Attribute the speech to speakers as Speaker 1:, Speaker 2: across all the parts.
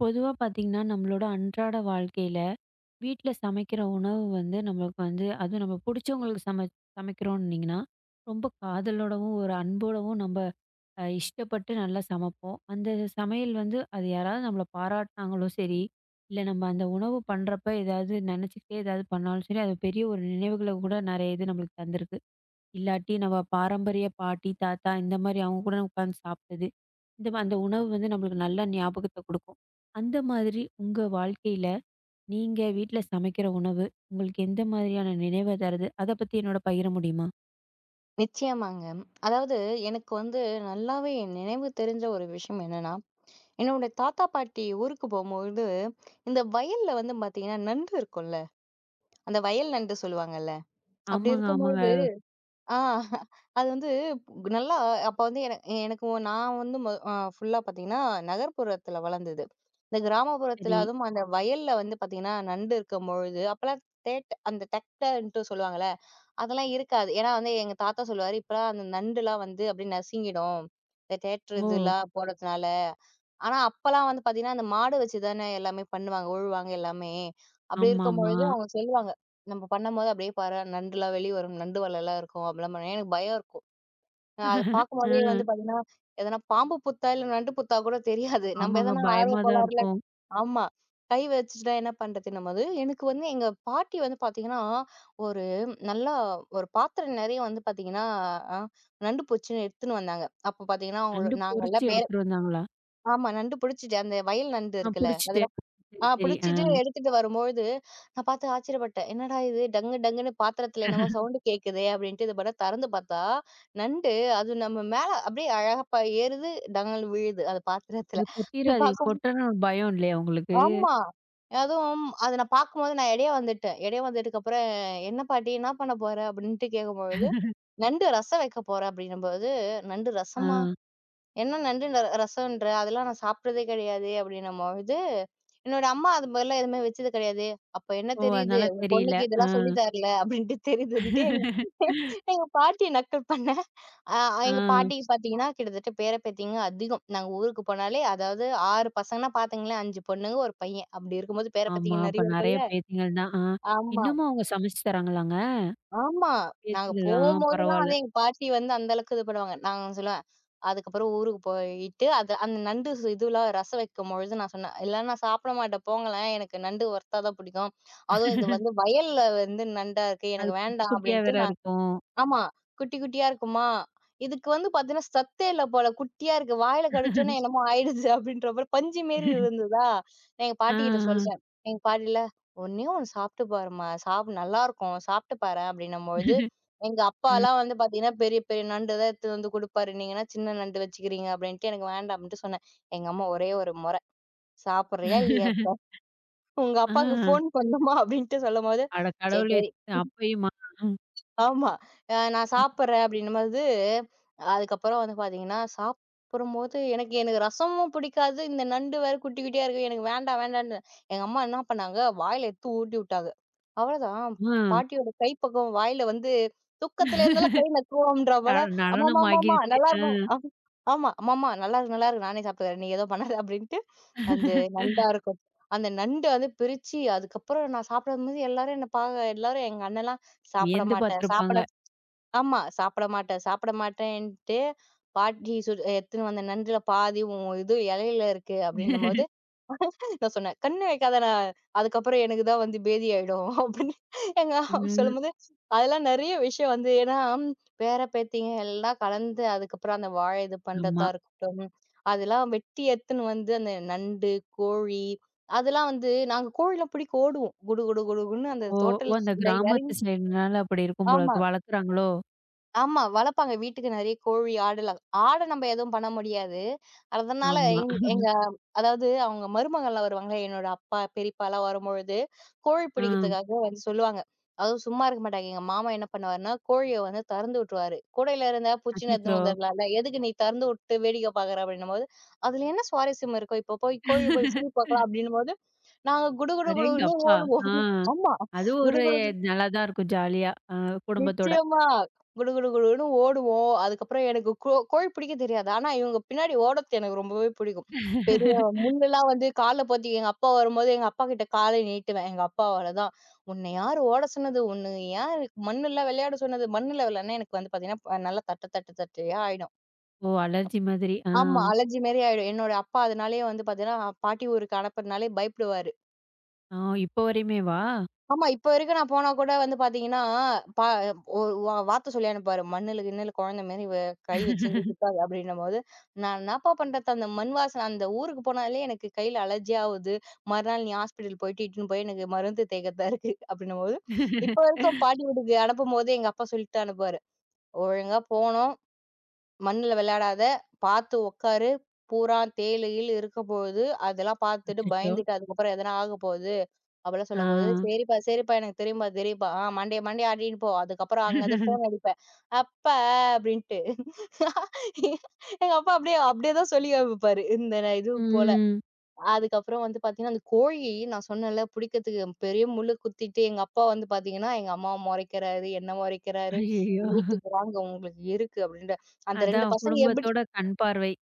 Speaker 1: பொதுவா பார்த்தீங்கன்னா, நம்மளோட அன்றாட வாழ்க்கையில, வீட்ல சமைக்கிற உணவு வந்து நம்மளுக்கு வந்து அதுவும் நம்ம புடிச்சவங்களுக்கு சமைக்கிறோன்னீங்கன்னா, ரொம்ப காதலோடவும், ஒரு அன்போடவும் நம்ப இஷ்டப்பட்டு நல்லா சமைப்போம். அந்த சமையல் வந்து அது யாராவது நம்மள பாராட்டுனாங்களும் சரி, இல்ல நம்ம அந்த உணவு பண்றப்ப ஏதாவது நெனச்சுக்கிட்டே ஏதாவது பண்ணாலும் சரி, அது பெரிய ஒரு நினைவுகள கூட நெறைய இது நம்மளுக்கு தந்திருக்கு. இல்லாட்டி நம்ம பாரம்பரிய பாட்டி, தாத்தா இந்த மாரி அவங்க கூட உட்காந்து சாப்ட்டது. அந்த உணவு வந்து நம்மளுக்கு நல்ல ஞாபகத்த குடுக்கும். அந்த மாதிரி உங்க வாழ்க்கையில, நீங்க வீட்ல சமைக்கிற உணவு, உங்களுக்கு எந்த மாதிரியான நினைவ தருது? அத பத்தி என்னோட பகிர முடியுமா?
Speaker 2: நிச்சயமாங்க. அதாவது எனக்கு வந்து நல்லாவே என் நினைவு தெரிஞ்ச ஒரு விஷயம் என்னன்னா, என்னோட தாத்தா, பாட்டி ஊருக்கு போம்போது, இந்த வயல்ல வந்து பார்த்தீங்கன்னா, நண்டு இருக்கும்ல. அந்த வயல் நண்டு சொல்லுவாங்கல்ல. அப்படி
Speaker 1: ஆமாங்க, ஆமாங்க.
Speaker 2: இருக்கும்பொழுது ஆ அது வந்து நல்லா அப்ப வந்து எனக்கு நான் வந்து மொ அ ஃபுல்லா பார்த்தீங்கன்னா, நகர்ப்புறத்தில வளர்ந்தது. இந்த கிராமப்புறத்தில
Speaker 1: சரி.
Speaker 2: அதுவும் அந்த வயல்ல வந்து பார்த்தீங்கன்னா, நண்டு இருக்கும்பொழுது, அப்பலாம் தேட் அந்த டக்டர்ன்ட்டு சொல்லுவாங்கல்ல. அதெல்லாம் இருக்காது. ஏன்னா வந்து எங்க தாத்தா சொல்லுவாரு, "இப்பலாம் அந்த நண்டுலாம் வந்து அப்படியே நசுங்கிடும். இந்த தியேட்டர்
Speaker 1: ஓ!
Speaker 2: இதெல்லாம் போடுறதுனால." ஆனா அப்பலாம் வந்து பார்த்தீங்கன்னா, அந்த மாடு வச்சு தானே எல்லாமே பண்ணுவாங்க, உழுவாங்க எல்லாமே. அப்படி
Speaker 1: ஆமாமா.
Speaker 2: இருக்கும்பொழுது அவங்க சொல்லுவாங்க, "நம்ம பண்ணும்போது அப்படியே பாரு நண்டுலாம் வெளிய வரும். நண்டு வலைலாம் இருக்கும்." அப்படிலாம் பண்ணுவாங்க. எனக்கு பயம் இருக்கும். அத
Speaker 1: ஆ.
Speaker 2: பார்க்கும்போதே வந்து பார்த்தீங்கன்னா, எதனா பாம்பு புத்தா, இல்ல நண்டு புத்தா கூட தெரியாது. நம்ம
Speaker 1: ஆமாங்க.
Speaker 2: எதனா ஆர்வ
Speaker 1: பயமா தான்
Speaker 2: கோளாறுல
Speaker 1: இருக்கும்.
Speaker 2: ஆமா. கை வச்சுட்டா என்ன பண்றது நம்ம அது? எனக்கு வந்து எங்க பாட்டி வந்து பார்த்தீங்கன்னா, ஒரு நல்லா ஒரு பாத்திரம் நெறைய வந்து பார்த்தீங்கன்னா, அ நண்டு பூச்சின்னு எடுத்துன்னு வந்தாங்க. அப்ப பார்த்தீங்கன்னா, அவங்கள
Speaker 1: நண்டு பொரிச்சு
Speaker 2: நாங்கலாம்
Speaker 1: எடுத்துட்டு வந்தாங்களா?
Speaker 2: ஆமா. நண்டு புடிச்சுட்டு அந்த வயல் நண்டு
Speaker 1: ஆ,
Speaker 2: இருக்குல்ல.
Speaker 1: புடிச்சுட்டு.
Speaker 2: அதெல்லாம் பு-
Speaker 1: சரி,
Speaker 2: ஆ
Speaker 1: சரி. ஆ.
Speaker 2: புடிச்சிட்டு எடுத்துட்டு வரும்பொழுது, நான் பார்த்து ஆச்சரியப்பட்டேன். என்னடா இது டங்கு டங்குன்னு பாத்திரத்துல என்னமோ சவுண்ட் கேட்குதே! அப்படின்ட்டு இது பண்ண தெறந்து பார்த்தா, நண்டு அது நம்ம மேல அப்படியே அழகா ஏறுது, டங்குன்னு விழுது அது பாத்திரத்துல.
Speaker 1: இது
Speaker 2: இது
Speaker 1: கொட்டிராது
Speaker 2: பார்க்கும்
Speaker 1: கொட்டணும்னு ஒரு பயம் இல்லையா உங்களுக்கு?
Speaker 2: ஆமா. அதுவும் அத நான் பார்க்கும்போது நான் இடையே வந்துட்டேன். இடையே வந்ததுக்கப்புறம், "என்ன பாட்டி என்ன பண்ண போற?" அப்படின்ட்டு கேட்கும்பொழுது, "நண்டு ரசம் வைக்க போறேன்" அப்படின்னும்போது, "நண்டு
Speaker 1: ஆ.
Speaker 2: ரசமா?" ஏன்னா நண்டு ரசம்ன்ற அதெல்லாம் நான் சாப்பிட்டதே கிடையாது அப்படின்னும்பொழுது, என்னோட அம்மா அது மாரிலாம் எதுவுமே வச்சது கிடையாது. அப்ப என்ன
Speaker 1: ஓ!
Speaker 2: தெரியுது?
Speaker 1: அதனால
Speaker 2: உன்
Speaker 1: தெரியல.
Speaker 2: பொண்ணுக்கு
Speaker 1: ஆ,
Speaker 2: இதெல்லாம் சொல்லி தரல அப்படின்ட்டு தெரியுதுன்ட்டு எங்க எங்க பாட்டிய நக்கல் பண்ணேன். அ
Speaker 1: ஆ.
Speaker 2: எங்க பாட்டிக்கு பார்த்தீங்கன்னா, கிட்டத்தட்ட பேர பேத்திங்க அதிகம். நாங்க ஊருக்கு போனாலே அதாவது 6 பசங்கன்னா பார்த்துங்களேன், 5 பொண்ணுங்க, 1 பையன். அப்படி இருக்கும்போது பேர
Speaker 1: ஆமா.
Speaker 2: பேத்திங்க
Speaker 1: அப்ப
Speaker 2: நெறைய
Speaker 1: நெறைய
Speaker 2: இருக்கும்ல.
Speaker 1: பேத்திகள் தான். ஆ.
Speaker 2: ஆமா.
Speaker 1: இன்னமும் அவங்க சமைச்சு தராங்களாங்க?
Speaker 2: ஆமா. நாங்க
Speaker 1: பேத்திகளா?
Speaker 2: போம்போதெல்லாம்
Speaker 1: பரவால்ல.
Speaker 2: வந்து எங்க பாட்டி வந்து அந்த அளவுக்கு இது பண்ணுவாங்க. நான் சொல்லுவேன், அதுக்கப்புறம் ஊருக்கு போயிட்டு, அது அந்த நண்டு சு இதுலாம் ரசம் வைக்கும்பொழுது நான் சொன்னேன், "இல்ல நான் சாப்பிட மாட்டேன் போங்களேன். எனக்கு நண்டு வறுத்தா தான் பிடிக்கும். அதுவும் இது வந்து வயல்ல வந்து நண்டா இருக்கு.
Speaker 1: அது
Speaker 2: எனக்கு
Speaker 1: குட்டி
Speaker 2: வேண்டாம்"
Speaker 1: குட்டியா
Speaker 2: அப்படின்ட்டு
Speaker 1: வேற
Speaker 2: நான்
Speaker 1: இருக்கும்.
Speaker 2: ஆமா. குட்டி, குட்டியா இருக்குமா? இதுக்கு வந்து பார்த்தீங்கன்னா, சத்தே இல்ல போல. குட்டியா இருக்கு. வாயில கடிச்சோனே என்னமோ ஆயிடுச்சு அப்டின்ற மாரி பஞ்சு மாரி இருந்ததா, நான் எங்க
Speaker 1: ஆ.
Speaker 2: பாட்டிகிட்ட சொல்ட்டேன். எங்க பாட்டில, "ஒண்ணே ஒண்ணு சாப்ட்டு பாரும்மா. சாப் நல்லாருக்கும். சாப்ட்டு பாரேன்" அப்டின்னம்பொழுது, எங்க
Speaker 1: ம்.
Speaker 2: அப்பாலாம் வந்து பார்த்தீங்கன்னா, பெரிய, பெரிய நண்டு தான் எடுத்துட்டு வந்து குடுப்பாரு. நீங்கன்னா சின்ன நண்டு வச்சுக்கிறீங்க அப்டின்ட்டு, எனக்கு வேண்டாம் அப்டின்ட்டு சொன்னேன். எங்க அம்மா ஒரே ஒரு மொற, "சாப்புட்றியா இல்லையா இப்ப? உங்க
Speaker 1: ஆ.
Speaker 2: அப்பாக்கு ஃபோன் பண்ணுமா?" அப்டின்ட்டு சொல்லும்போது,
Speaker 1: அட
Speaker 2: "சரி,
Speaker 1: கடவுளே!
Speaker 2: சரி.
Speaker 1: அப்பயுமா?
Speaker 2: ஆமா. அ நான்
Speaker 1: ம்.
Speaker 2: சாப்பிடுறேன் அப்படின்னும்போது, அதுக்கப்புறம் வந்து பார்த்தீங்கன்னா, சாப்பிடும்போது எனக்கு எனக்கு ரசமும் பிடிக்காது. இந்த நண்டு வேற குட்டி குட்டியா இருக்கு. எனக்கு வேண்டாம் வேண்டான்னு எங்க அம்மா என்ன பண்ணாங்க, வாயில எடுத்து ஊட்டி விட்டாங்க. அவ்வளோதான்.
Speaker 1: ஆ.
Speaker 2: பாட்டியோட கை பக்கம் வாயில வந்து தூக்கத்துல இருந்தெல்லாம் கை நக்குவோம்ன்ற
Speaker 1: அ
Speaker 2: போல, "அம்மம்மா
Speaker 1: நடனம்
Speaker 2: அம்மம்மா
Speaker 1: ஆகிருச்சு. ஆ.
Speaker 2: நல்லாருக்கும்." அம் ஆமா. "அம்மம்மா நல்லாருக்கு நல்லாருக்கு. நானே சாப்பிட்டுக்கிறேன். நீ எதுவும் பண்ணாத." அப்படின்ட்டு அந்த நண்டா இருக்கும். அந்த நண்டு வந்து பிரிச்சு, அதுக்கப்புறம் நான் சாப்பிடும்போது எல்லாரும் என்ன பாக்க எல்லாரும் எங்க அண்ணன்லாம் சாப்பிட
Speaker 1: வியந்து
Speaker 2: மாட்டேன். சாப்பிட
Speaker 1: பார்த்துருப்பாங்க.
Speaker 2: ஆமா. சாப்பிட மாட்டேன், சாப்பிட மாட்டேன்ட்டு, பாட்டி சு எடுத்துன்னு வந்த நண்டுல பாதி உன் இது இலையில இருக்கு அப்படின்னும்போது, நான் சொன்னேன், "கண்ணு வைக்காதடா, அதுக்கப்புறம் எனக்கு தான் வந்து பேதி ஆயிடும்" அப்படின்னு எங்க அம்மா
Speaker 1: ம்.
Speaker 2: சொல்லும்போது, அதெல்லாம் நெறைய விஷயம் வந்து ஏன்னா, பேர, பேத்திங்க எல்லாம் கலந்து அதுக்கப்புறம் அந்த வாழை இது
Speaker 1: ஆமா.
Speaker 2: பண்றதா இருக்கட்டும், அதெல்லாம் வெட்டி எடுத்துன்னு வந்து அந்த நண்டு, கோழி அதெல்லாம் வந்து நாங்க கோழிலாம் பிடிக்க ஓடுவோம். குடு குடு குடுகுடுன்னு அந்த
Speaker 1: ஓ! ஓ! அந்த
Speaker 2: தோட்டத்துல இறங்கி
Speaker 1: கிராமத்து சைடுனால அப்படி இருக்கும் போல
Speaker 2: ஆமா.
Speaker 1: இருக்கு. வளர்க்குறாங்களோ?
Speaker 2: ஆமா. வளர்ப்பாங்க. வீட்டுக்கு நெறைய கோழி, ஆடுலாம். ஆட நம்ம எதுவும் பண்ண முடியாது. அதனால
Speaker 1: ஆமா.
Speaker 2: எங்க அதாவது அவங்க மருமகள்லாம் வருவாங்க. என்னோட அப்பா, பெரியப்பாலாம் வரும்பொழுது, கோழி
Speaker 1: ஆ.
Speaker 2: பிடிக்கிறதுக்காக வந்து சொல்லுவாங்க. அதுவும் சும்மா இருக்க மாட்டாங்க. எங்க மாமா என்ன பண்ணுவாருன்னா, கோழிய வந்து திறந்து விட்டுருவாரு. கூடையில இருந்தா பூச்சின்னு எடுத்துன்னு
Speaker 1: அச்சச்சோ!
Speaker 2: வந்துரலாம்ல. எதுக்கு நீ திறந்து விட்டு வேடிக்கை பார்க்குற அப்படின்னும்போது, "அதுல என்ன சுவாரஸ்யம் இருக்கும்? இப்போ போய் கோழி போய் புடி பார்க்கலாம்" அப்படின்னும்போது, நாங்க குடு குடு குடுன்னு
Speaker 1: அடேங்கப்பா!
Speaker 2: ஓடுவோம்.
Speaker 1: ஆ.
Speaker 2: ஆமா.
Speaker 1: அது
Speaker 2: குடு
Speaker 1: ஒரு
Speaker 2: குடு
Speaker 1: நல்லா தான் இருக்கும் ஜாலியா. குடும்பத்தோட.
Speaker 2: நிச்சயமா. குடு குடு குடுன்னு ஓடுவோம். அதுக்கப்புறம் எனக்கு கோழி பிடிக்க தெரியாது. ஆனா இவங்க பின்னாடி ஓடுறது எனக்கு ரொம்பவே பிடிக்கும். பெரிய முள்ளெல்லாம் வந்து கால்ல போத்தி எங்க அப்பா வரும்போது எங்க அப்பா கிட்ட கால நீட்டுவேன். எங்க அப்பாவால தான். "உன்ன யாரு ஓட சொன்னது? உன்ன யாரு மண்ணுல விளையாட சொன்னது?" மண்ணுல விளையாடுனா எனக்கு வந்து பார்த்தீங்கன்னா, நல்லா தட்டு தட்டு தட்டையா ஆயிடும்.
Speaker 1: ஓ! அலர்ஜி மாதிரி. ஆ.
Speaker 2: ஆமா. அலர்ஜி மாரி ஆயிடும். என்னோட அப்பா அதனாலேயே வந்து பார்த்தீங்கன்னா, பாட்டி ஊருக்கு அனுப்புறனாலே பயப்படுவாரு.
Speaker 1: ஆ, இப்போ வரையுமேவா?
Speaker 2: ஆமா. இப்ப வரைக்கும் நான் போனா கூட வந்து பாத்தீங்கன்னா, பா ஒரு வார்த்த சொல்லி அனுப்புவாரு. மண்ணுல கிண்ணுல குழந்த மாரி கை வச்சுண்டு சுத்தாத அப்படின்னும்போது, நான் என்னப்பா பண்றது? அந்த மண் வாசன அந்த ஊருக்கு போனாலே எனக்கு கையில அலர்ஜி ஆவுது. மறுநாள் நீ ஹாஸ்பிட்டல் போயிட்டு இட்டுன்னு போய் எனக்கு மருந்து தேய்க்கறதா இருக்கு அப்படின்னும்போது, இப்ப வரைக்கும் பாட்டி வீட்டுக்கு அனுப்பும்போது எங்க அப்பா சொல்லிட்டு அனுப்புவாரு. "ஒழுங்கா போனோம், மண்ணுல விளையாடாத, பாத்து உக்காரு, பூரா தேளு கீளு இருக்க போகுது. அதெல்லாம் பாத்துட்டு
Speaker 1: அச்சச்சோ!
Speaker 2: பயந்துட்டு அதுக்கப்புறம் எதனா ஆகப்போகுது. அப்பலாம்
Speaker 1: ஆ.
Speaker 2: சொல்லும்போது, "சரிப்பா, சரிப்பா எனக்கு தெரியும்பா, தெரியும்பா. ஆ மண்டே மண்டே ஆடின்னு போ. அதுக்கப்புறம் அங்கருந்து ஃபோன் அடிப்பேன். அப்பா" அப்படின்ட்டு. எங்க அப்பா அப்படியே அப்படியே தான் சொல்லி காமிப்பாரு. இந்த ந இது போல.
Speaker 1: ம்.
Speaker 2: அதுக்கப்புறம் வந்து பார்த்தீங்கன்னா, அந்த கோழி நான் சொன்னேன்ல புடிக்கிறதுக்கு பெரிய முள்ளு குத்திட்டு, எங்க அப்பா வந்து பார்த்தீங்கன்னா, எங்க அம்மாவ மொறைக்கிறாரு, என்ன மொறைக்கிறாரு.
Speaker 1: ஐயய்யோ!
Speaker 2: "வீட்டுக்கு வாங்க உங்களுக்கு இருக்கு" அப்படின்ட்டு. அந்த 2
Speaker 1: அதான்
Speaker 2: பசங்க எப்படி
Speaker 1: குடும்பத்தோட கண் பார்வை.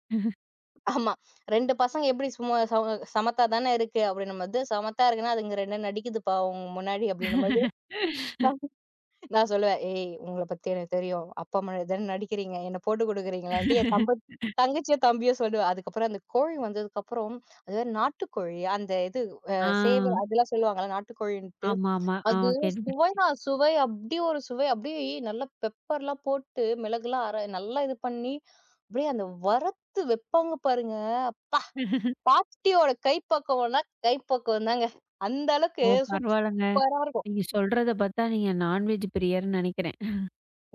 Speaker 2: ஆமா. 2 பசங்க எப்படி சும்மா சம சமத்தா தானே இருக்கு அப்படின்னும்போது, "சமத்தா இருக்குன்னா அதுங்க 2 நடிக்குதுப்பா உங்க முன்னாடி" அப்படின்னும்போது நான் சொல்லுவேன், "ஏய் உங்கள பத்தி எனக்கு தெரியும். அப்பா, அம்மா தான நடிக்கிறீங்க. என்ன போட்டு குடுக்குறீங்களான்ட்டு" என் தம்ப தங்கச்சியோ, தம்பியோ சொல்லுவேன். அதுக்கப்புறம் அந்த கோழி வந்ததுக்கப்புறம், அது வேற நாட்டுக்கோழி. அந்த இது அ
Speaker 1: ஆ.
Speaker 2: சேவல் அதெல்லாம் சொல்லுவாங்கல்ல நாட்டுக்கோழின்ட்டு.
Speaker 1: ஆமாமா. ஆ
Speaker 2: அது
Speaker 1: கேள்விப்பட்
Speaker 2: சுவை அப்டி ஒரு சுவை. அப்டியே நல்லா பெப்பர்லாம் போட்டு, மிளகுலாம் அர நல்லா இது பண்ணி, அப்டியே அந்த வறுத்து வைப்பாங்க பாருங்க. அப்பா! பாட்டியோட கைப்பக்குவம்னா கைப்பக்குவம் தாங்க. அந்த
Speaker 1: ஓ!
Speaker 2: அளவுக்கு
Speaker 1: பரவால்லங்க.
Speaker 2: சூப்பரா இருக்கும்.
Speaker 1: நீங்க சொல்றத பார்த்தா நீங்க நான்வெஜ் பிரியர்ன்னு நெனைக்கிறேன்.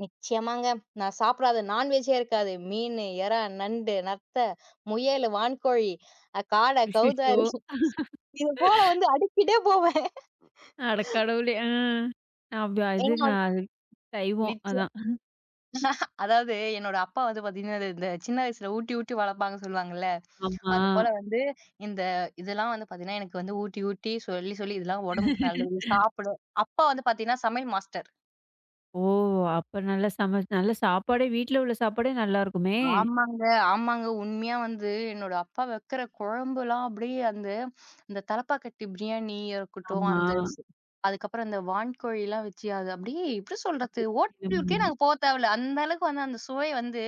Speaker 2: நிச்சயமாங்க. நான் சாப்பிடாத நான்வெஜ்ஜே இருக்காது. மீனு, எறா, நண்டு, நத்தை, முயலு, வான்கோழி, அ காடை,
Speaker 1: அச்சச்சோ!
Speaker 2: கௌதாரி இது போல வந்து அடுக்கிட்டே போவேன்.
Speaker 1: அட கடவுளே! ஆ. நான்
Speaker 2: ஏன்னா
Speaker 1: இதுங்க
Speaker 2: வந்து-
Speaker 1: அது சைவம்.
Speaker 2: நிச்சயம்.
Speaker 1: அதான்.
Speaker 2: அதாவது என்னோட அப்பா வந்து பார்த்தீங்கன்னா, அது இந்த சின்ன வயசுல ஊட்டி, ஊட்டி வளர்ப்பாங்கன்னு சொல்லுவாங்கல்ல.
Speaker 1: ஆமா.
Speaker 2: அது போல வந்து இந்த இதெல்லாம் வந்து பார்த்தீங்கன்னா, எனக்கு வந்து ஊட்டி, ஊட்டி சொல்லி, சொல்லி இதெல்லாம் உடம்புக்கு நல்லது சாப்பிடும். அப்பா வந்து பார்த்தீங்கன்னா, சமையல் மாஸ்டர்.
Speaker 1: ஓ! அப்ப நல்லா நல்ல சாப்பாடே வீட்ல உள்ள சாப்பாடே நல்லாருக்குமே!
Speaker 2: ஆமாங்க, ஆமாங்க. உண்மையா வந்து என்னோட அப்பா வைக்கிற குழம்புலாம் அப்படியே அந்த அந்த தலப்பாக்கட்டி பிரியாணி இருக்கட்டும்,
Speaker 1: ஆமா.
Speaker 2: அந்த ஸ் அதுக்கப்புறம் அந்த வான்கோழிலாம் வச்சு அது அப்படியே எப்படி சொல்றது? ஹோட்டலுக்கே நாங்க
Speaker 1: பண்ணுவாங்க.
Speaker 2: போ தேவையில்ல. அந்த அளவுக்கு வந்து அந்த சுவை வந்து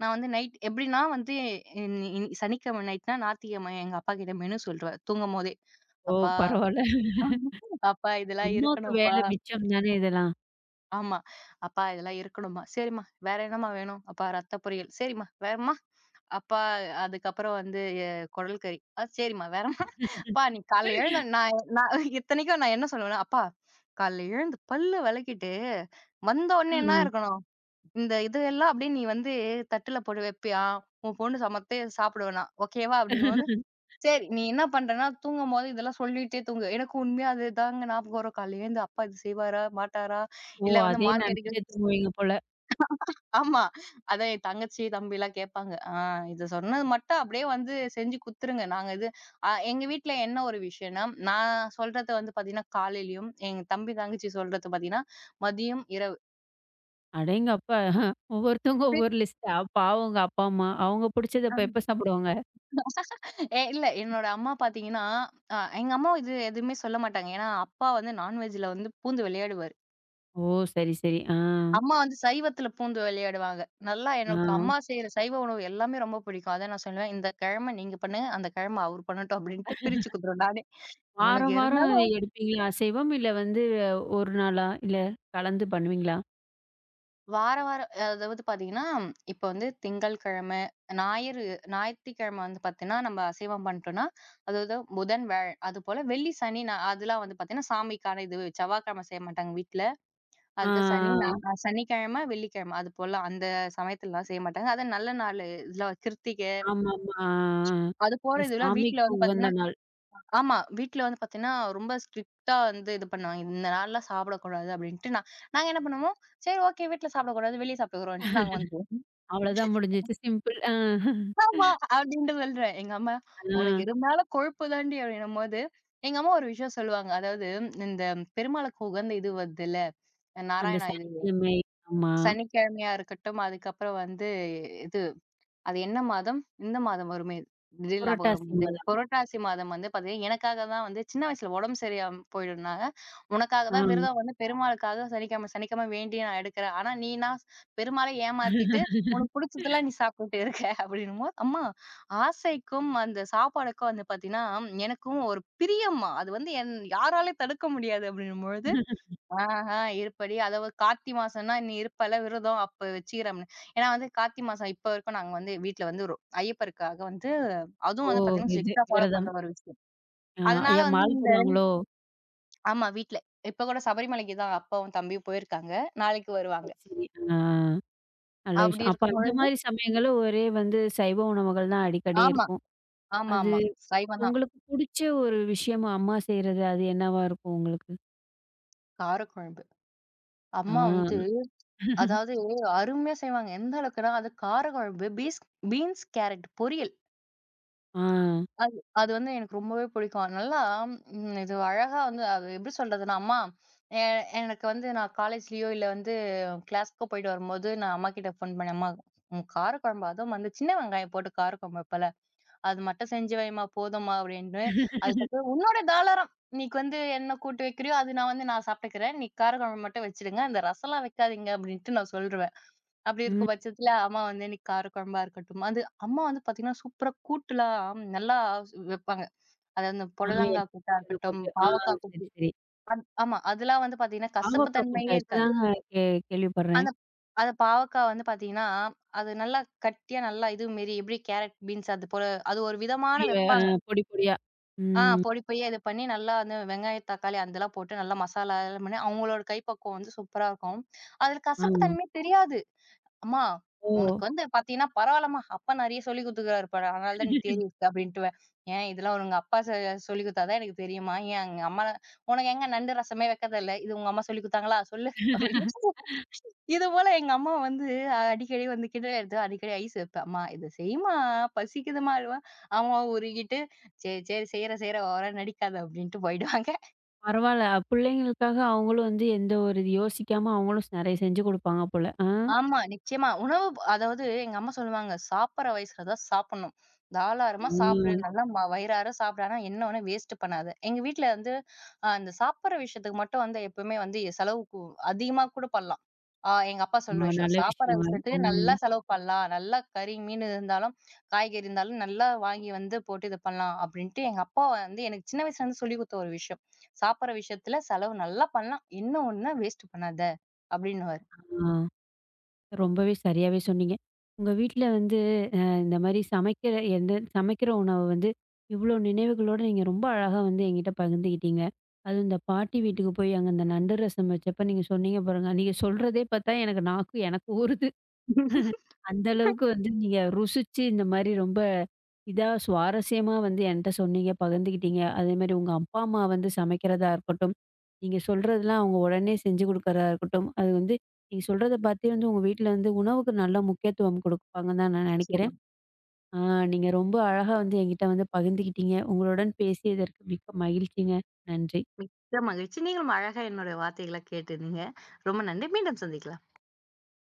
Speaker 2: நான் வந்து நைட் எப்படின்னா வந்து இன் இன் சனிக்கிழமை நைட்னா, ஞாயித்துக்கிழமை எங்க அப்பா கிட்ட மெனு சொல்ருவேன் தூங்கும்போதே.
Speaker 1: ஓ!
Speaker 2: "அப்பா,
Speaker 1: பரவால்ல.
Speaker 2: அப்பா இதெல்லாம்
Speaker 1: அம்மாவுக்கு
Speaker 2: இருக்கணும்ப்பா."
Speaker 1: வேலை மிச்சம் தானே இதெல்லாம்.
Speaker 2: ஆமா. "அப்பா இதெல்லாம் இருக்கணும்மா." "சரிம்மா, வேற என்னம்மா வேணும்?" "அப்பா ரத்த பொரியல்." "சரிம்மா, வேறம்மா?" அப்பா அதுக்கப்புறம் வந்து எ குடல் கறி. "ஆ சரிம்மா வேறம்மா. அப்பா நீ காலைல எழுந்த நான் நான் இத்தனைக்கும் நான் என்ன சொல்லுவேன்னா, "அப்பா காலைல எழுந்து பல்லு விளக்கிட்டு, வந்த உடனே
Speaker 1: ஆ.
Speaker 2: என்ன இருக்கணும்? இந்த இதெல்லாம் அப்படியே நீ வந்து தட்டுல போட்டு வைப்பியா? உன் பொண்ணு சமைத்து சாப்பிட வேணாம். ஓகேவா?" அப்படின்னும்போது, "சரி நீ என்ன பண்றேன்னா, தூங்கும்போது இதெல்லாம் சொல்லிட்டே தூங்கு." எனக்கு உண்மையா அதுதாங்க ஞாபகம் வரும். காலைல எழுந்து அப்பா இது செய்வாரா? மாட்டாரா?
Speaker 1: ஓ!
Speaker 2: இல்ல வந்து
Speaker 1: அதே
Speaker 2: மார்க்
Speaker 1: நினச்சுட்டே தூங்குவீங்க போல.
Speaker 2: ஆமா. அதான் என் தங்கச்சி, தம்பிலாம் கேட்பாங்க. ஆ இத சொன்னது மட்டும் அப்படியே வந்து செஞ்சு குடுத்துருங்க. நாங்க இது அ எங்க வீட்ல என்ன ஒரு விஷயம்னா, நான் சொல்றது வந்து பார்த்தீங்கன்னா, காலையிலயும், எங்க தம்பி, தங்கச்சி சொல்றது பார்த்தீங்கன்னா, மதியம், இரவு.
Speaker 1: அடேங்கப்பா! ஒவ்வொருத்தவங்க ஒவ்வொரு லிஸ்ட்டா. பாவம் உங்க அப்பா, அம்மா. அவங்க புடிச்சத அப்ப எப்ப சாப்பிடுவாங்க?
Speaker 2: ஏ இல்ல என்னோட அம்மா பார்த்தீங்கன்னா, அ எங்க அம்மா இது எதுவுமே சொல்ல மாட்டாங்க. ஏன்னா, அப்பா வந்து நான்வெஜ்ல வந்து பூந்து விளையாடுவாரு.
Speaker 1: ஓ! சரி, சரி. ஆ,
Speaker 2: அம்மா வந்து சைவத்துல பூந்து விளையாடுவாங்க. நல்லா
Speaker 1: ஆ.
Speaker 2: எனக்கு அம்மா செய்ற சைவ உணவு எல்லாமே ரொம்ப பிடிக்கும். அதான் நான் சொல்லுவேன், "இந்த கிழம நீங்க பண்ணுங்க. அந்த கிழம அவரு பண்ணட்டும்" அப்படின்ட்டு பிரிச்சு குடுத்துருவேன் நானே. "உனக்கு
Speaker 1: வாரம்,
Speaker 2: இருந்த
Speaker 1: வாரம் அத எடுப்பீங்களா? அசைவம்? இல்ல வந்து ஒரு நாளா? இல்ல கலந்து பண்ணுவீங்களா?
Speaker 2: வார வாரம் அதாவது பாத்தீங்கன்னா, இப்ப வந்து திங்கள் கிழமை, ஞாயிறு ஞாயிற்றுக்கிழமை வந்து பாத்தீங்கன்னா, நம்ம அசைவம் பண்ணிட்டோம்னா, அதாவது புதன், வியாழன் அதுபோல வெள்ளி, சனி, ஞா அதெல்லாம் வந்து பாத்தீங்கன்னா, சாமிக்கான இது செவ்வாய்க்கிழமை செய்ய மாட்டாங்க வீட்ல.
Speaker 1: ஆ.
Speaker 2: அதுக்கு சனி, ஞா அ சனிக்கிழமை, வெள்ளிக்கிழமை அது போல அந்த சமயத்துலலாம் செய்ய மாட்டாங்க. அது நல்ல நாளு இதுல கிருத்திகை
Speaker 1: ஆமாமா. ஆ, ஆ.
Speaker 2: அது
Speaker 1: இந்த
Speaker 2: போல இதெல்லாம் வீட்ல
Speaker 1: சாமிக்கு
Speaker 2: வந்து
Speaker 1: உகந்த
Speaker 2: பாத்தீங்கன்னா
Speaker 1: நாள்.
Speaker 2: ஆமா. வீட்ல வந்து பாத்தீங்கன்னா, ரொம்ப ஸ்ட்ரிக்ட்டா வந்து இது பண்ணுவாங்க. இந்த நாள்லாம் சாப்பிடக்கூடாது அப்படின்ட்டு நான் நாங்க என்ன பண்ணுவோம், சரி ஓகே வீட்ல சாப்பிடக்கூடாது, வெளிய சாப்பிட்டுக்குறோம்ன்ட்டு நாங்க வந்து
Speaker 1: அவ்வளோதான் முடிஞ்சிச்சு. சிம்பிள். ஆ.
Speaker 2: ஆமா அப்டின்ட்டு சொல்றேன். எங்க அம்மா,
Speaker 1: ஆ.
Speaker 2: "உனக்கு இருந்தாலும் கொழுப்பு தாண்டி" அப்டின்னும்போது, எங்க அம்மா ஒரு விஷயம் சொல்லுவாங்க. அதாவது இந்த பெருமாளுக்கு உகந்த இது வருதுல்ல,
Speaker 1: அந்த
Speaker 2: நாராயணா இது.
Speaker 1: சனிக்கிழமை. ஆமா.
Speaker 2: சனிக்கிழமையா இருக்கட்டும், அதுக்கப்புறம் வந்து அது என்ன மாதம்? இந்த மாதம் வருமே. திடீர்னு ஞாபகம்
Speaker 1: புரட்டாசி
Speaker 2: வருது.
Speaker 1: மாதம்.
Speaker 2: புரட்டாசி மாதம் வந்து பாத்தீங்கன்னா, எனக்காக தான் வந்து சின்ன வயசுல உடம்பு சரியில்லாம போயிடும்னாங்க. உனக்காக
Speaker 1: ஆ.
Speaker 2: தான் விரதம் வந்து பெருமாளுக்காக சனிக்கிழமை சனிக்கிழமை வேண்டி நான் எடுக்கிறேன். ஆனா நீனா பெருமாள ஏமாத்திட்டு, உனக்கு புடிச்சதெல்லாம் நீ சாப்பிட்டுட்டு இருக்க அப்படின்னும்போது, அம்மா ஆசைக்கும், அந்த சாப்பாடுக்கும் வந்து பாத்தீங்கன்னா, எனக்கும் ஒரு பிரியம். அது வந்து என் யாராலயும் தடுக்க முடியாது அப்படின்னும்பொழுது ஆஹா, இருப்படி. அதாவது கார்த்தி மாசம்னா, "நீ இருப்பல்ல விரதம், அப்ப வச்சுக்கிறேன்." ஏன்னா வந்து கார்த்தி மாசம் இப்ப வரைக்கும் நாங்க வந்து வீட்ல வந்து ஒரு ஐயப்பருக்காக வந்து அதுவும்
Speaker 1: ஓ!
Speaker 2: வந்து பார்த்தீங்கன்னா,
Speaker 1: இது
Speaker 2: ஸ்ட்ரிக்ட்டா ஃபாலோ பண்ற
Speaker 1: விரதம்.
Speaker 2: ஒரு விஷயம்.
Speaker 1: ஆ,
Speaker 2: அதனால
Speaker 1: ஐயா
Speaker 2: வந்து
Speaker 1: மாலை
Speaker 2: இந்த
Speaker 1: போடுவாங்களோ?
Speaker 2: ஆமா வீட்ல. இப்ப கூட சபரிமலைக்கு தான் அப்பாவும், தம்பியும் போயிருக்காங்க. நாளைக்கு வருவாங்க.
Speaker 1: சரி, சரி. ஆ, நல்ல
Speaker 2: அப்படி
Speaker 1: விஷயம். அப்ப அந்த
Speaker 2: இருக்கும்பொழுது
Speaker 1: மாரி சமயங்கள்ல ஒரே வந்து சைவ உணவுகள் தான் அடிக்கடி
Speaker 2: ஆமா,
Speaker 1: இருக்கும். அது
Speaker 2: ஆமாமா. சைவம் தான்.
Speaker 1: உங்களுக்கு புடிச்ச ஒரு விஷயமா அம்மா செய்றது, அது என்னவா இருக்கும் உங்களுக்கு?
Speaker 2: காரக்குழம்பு.
Speaker 1: ஆ,
Speaker 2: அம்மா வந்து அதாவது அருமையா செய்வாங்க. எந்த அளவுக்குன்னா, அது காரக்குழம்பு, பீன்ஸ், கேரட் பொரியல்.
Speaker 1: ஆ.
Speaker 2: அது அது வந்து எனக்கு ரொம்பவே பிடிக்கும். நல்லா ம் இது அழகா வந்து அது எப்படி சொல்றதுன்னா, அம்மா எ எனக்கு வந்து நான் காலேஜ்லயோ இல்ல வந்து கிளாஸ்க்கோ போயிட்டு வரும்போது, நான் அம்மாகிட்ட ஃபோன் பண்ணேன். அம்மா ம் காரக்குழம்பு அதுவும் வந்து சின்ன வெங்காயம் போட்டு காரக்குழம்பு வைப்பேல, அது மட்டும் செஞ்சு வைம்மா போதும்மா அப்படின்னு. அதுக்கப்புறம் உன்னோட தாளாரம். நீக்கு வந்து என்ன கூட்டு வைக்கிறியோ, அது வந்து நான் சாப்பிட்டுக்கிறேன். நீ காரக்குழம்பு மட்டும் வச்சுடுங்க. அந்த ரசம்லாம் வைக்காதீங்க அப்படின்ட்டு நான் சொல்ருவேன். அப்படி இருக்க
Speaker 1: ம்.
Speaker 2: பட்சத்துல அம்மா வந்து இன்னைக்கு காரக்குழம்பா இருக்கட்டும். அது அம்மா வந்து பார்த்தீங்கன்னா, சூப்பரா கூட்டுலாம் நல்லா வைப்பாங்க. அதாவது இந்த
Speaker 1: ஆ.
Speaker 2: புடலங்கா
Speaker 1: எண்ணெய்
Speaker 2: கூட்டா
Speaker 1: திரிகள்ல
Speaker 2: இருக்கட்டும்,
Speaker 1: போட்டு. ஆ,
Speaker 2: பாவக்காய்
Speaker 1: சரி,
Speaker 2: கூட்டு
Speaker 1: சரி.
Speaker 2: ஆமா. அதெல்லாம் வந்து பார்த்தீங்கன்னா, கசப்பு
Speaker 1: பாவக்கா கூட்டா?
Speaker 2: தன்மையே இருக்காது.
Speaker 1: இப்பதாங்க கே கேள்விப்படுறேன்.
Speaker 2: அந்த அந்த பாவக்கா வந்து பார்த்தீங்கன்னா, அது நல்லா கட்டியா நல்லா இது மாரி எப்படி கேரட், பீன்ஸ் அது போல அது ஒரு விதமான
Speaker 1: பொரிய அ
Speaker 2: வைப்பாங்க.
Speaker 1: பொடி பொடியா.
Speaker 2: ஆ
Speaker 1: ம்.
Speaker 2: பொடி பொடியா இது பண்ணி நல்லா அந்த வெங்காயம், தக்காளி அதெல்லாம் போட்டு நல்லா மசாலா எல்லாம் பண்ணி, அவங்களோட கைப்பக்குவம் வந்து சூப்பரா இருக்கும். அதில கசப்பு
Speaker 1: ஆமா.
Speaker 2: தன்மை தெரியாது. அம்மா,
Speaker 1: ஓ!
Speaker 2: உனக்கு வந்து பாத்தீங்கன்னா பரவால்லம்மா. அப்பா நெறைய சொல்லிக் குடுத்துருக்காரு போல. அதனால தான் நீ தேறி இருக்க அப்டின்ட்டுவேன். ஏன் இதெல்லாம் உங்க அப்பா சொ சொல்லிக் குடுத்தா தான் எனக்கு தெரியுமா? ஏன் எங்க அம்மா உனக்கு எங்க நண்டு ரசமே வைக்க தெர்ல. இது உங்க அம்மா சொல்லிக் குடுத்தாங்களா? சொல்லு அப்டின்னு. இது போல எங்க அம்மா வந்து அடிக்கடி வந்து கிண்டல் எடுத்து அடிக்கடி ஐஸ் வைப்பேன். அம்மா இத செய்யுமா, பசிக்குதுமான்னுவேன். அம்மா உருகிட்டு, "சரி, சரி செய்றேன், ஓவரா நடிக்காத" அப்டின்ட்டு போயிடுவாங்க.
Speaker 1: பரவால்ல. பிள்ளைங்களுக்காக அவங்களும் வந்து எந்த ஒரு இது யோசிக்காம அவங்களும் நெறைய செஞ்சு குடுப்பாங்க போல. ஆ.
Speaker 2: ஆமா, நிச்சயமா. உணவு ப- அதாவது எங்க அம்மா சொல்லுவாங்க, "சாப்பிடுற வயசுல தான் சாப்பிடணும். தாராளமா சாப்பிடு.
Speaker 1: ம்.
Speaker 2: நல்லா ம வயிறார சாப்பிடு. ஆனா என்ன ஒண்ணும் வேஸ்ட் பண்ணாத." எங்க வீட்ல வந்து அ அந்த சாப்பிடுற விஷயத்துக்கு மட்டும் வந்து எப்பவுமே வந்து செலவு கு அதிகமா கூட பண்ணலாம். அ எங்க அப்பா சொல்ற
Speaker 1: ஆ,
Speaker 2: விஷயம்,
Speaker 1: நல்ல
Speaker 2: "சாப்பிடுற
Speaker 1: விஷயங்க.
Speaker 2: விஷயத்துக்கு
Speaker 1: ம்.
Speaker 2: நல்லா செலவு பண்ணலாம். நல்லா கறி, மீன் இருந்தாலும், காய்கறி இருந்தாலும் நல்லா வாங்கி வந்து போட்டு இது பண்ணலாம்." அப்படின்ட்டு எங்க அப்பா வந்து எனக்கு சின்ன வயசுல இருந்து சொல்லிக் குடுத்த ஒரு விஷயம். "சாப்பிடுற விஷயத்துல செலவு நல்லா பண்ணலாம். என்ன ஒண்ணும் வேஸ்ட் பண்ணாத." அப்படின்னுவாரு.
Speaker 1: ஆ, ரொம்பவே சரியாவே சொன்னீங்க. உங்க வீட்ல வந்து இந்த மாரி சமைக்கிற எந்த சமைக்கிற உணவு வந்து, இவ்வளோ நினைவுகளோட நீங்க ரொம்ப அழகா வந்து என்கிட்ட பகிர்ந்துக்கிட்டீங்க. அதுவும் இந்த பாட்டி வீட்டுக்கு போய் அங்க இந்த நண்டு ரசம் வச்சப்ப நீங்க சொன்னீங்க பாருங்க. நீங்க சொல்றதே பார்த்தா எனக்கு நாக்கு எனக்கு ஊறுது. அந்த அளவுக்கு வந்து நீங்க ருசிச்சு இந்த மாரி ரொம்ப இதா சுவாரஸ்யமா வந்து என்ட்ட சொன்னீங்க, பகிர்ந்துக்கிட்டீங்க. அதேமாரி உங்க அப்பா, அம்மா வந்து சமைக்கிறதா இருக்கட்டும், நீங்க சொல்றதெல்லாம் அவங்க உடனே செஞ்சு குடுக்கறதா இருக்கட்டும், அது வந்து நீங்க சொல்றத பார்த்தே வந்து உங்க வீட்ல வந்து உணவுக்கு நல்ல முக்கியத்துவம் குடுப்பாங்கன்னு தான் நான்
Speaker 2: நிச்சயமா.
Speaker 1: நெனைக்கிறேன். ஆ, நீங்க ரொம்ப அழகா வந்து என்கிட்ட வந்து பகிர்ந்துக்கிட்டீங்க. உங்களுடன் பேசியதற்கு மிக்க மகிழ்ச்சிங்க. நன்றி.
Speaker 2: மிக்க மகிழ்ச்சி. நீங்களும் அழகா என்னுடைய வார்த்தைகள கேட்டிருந்தீங்க. ரொம்ப நன்றி. மீண்டும் சந்திக்கலாம்.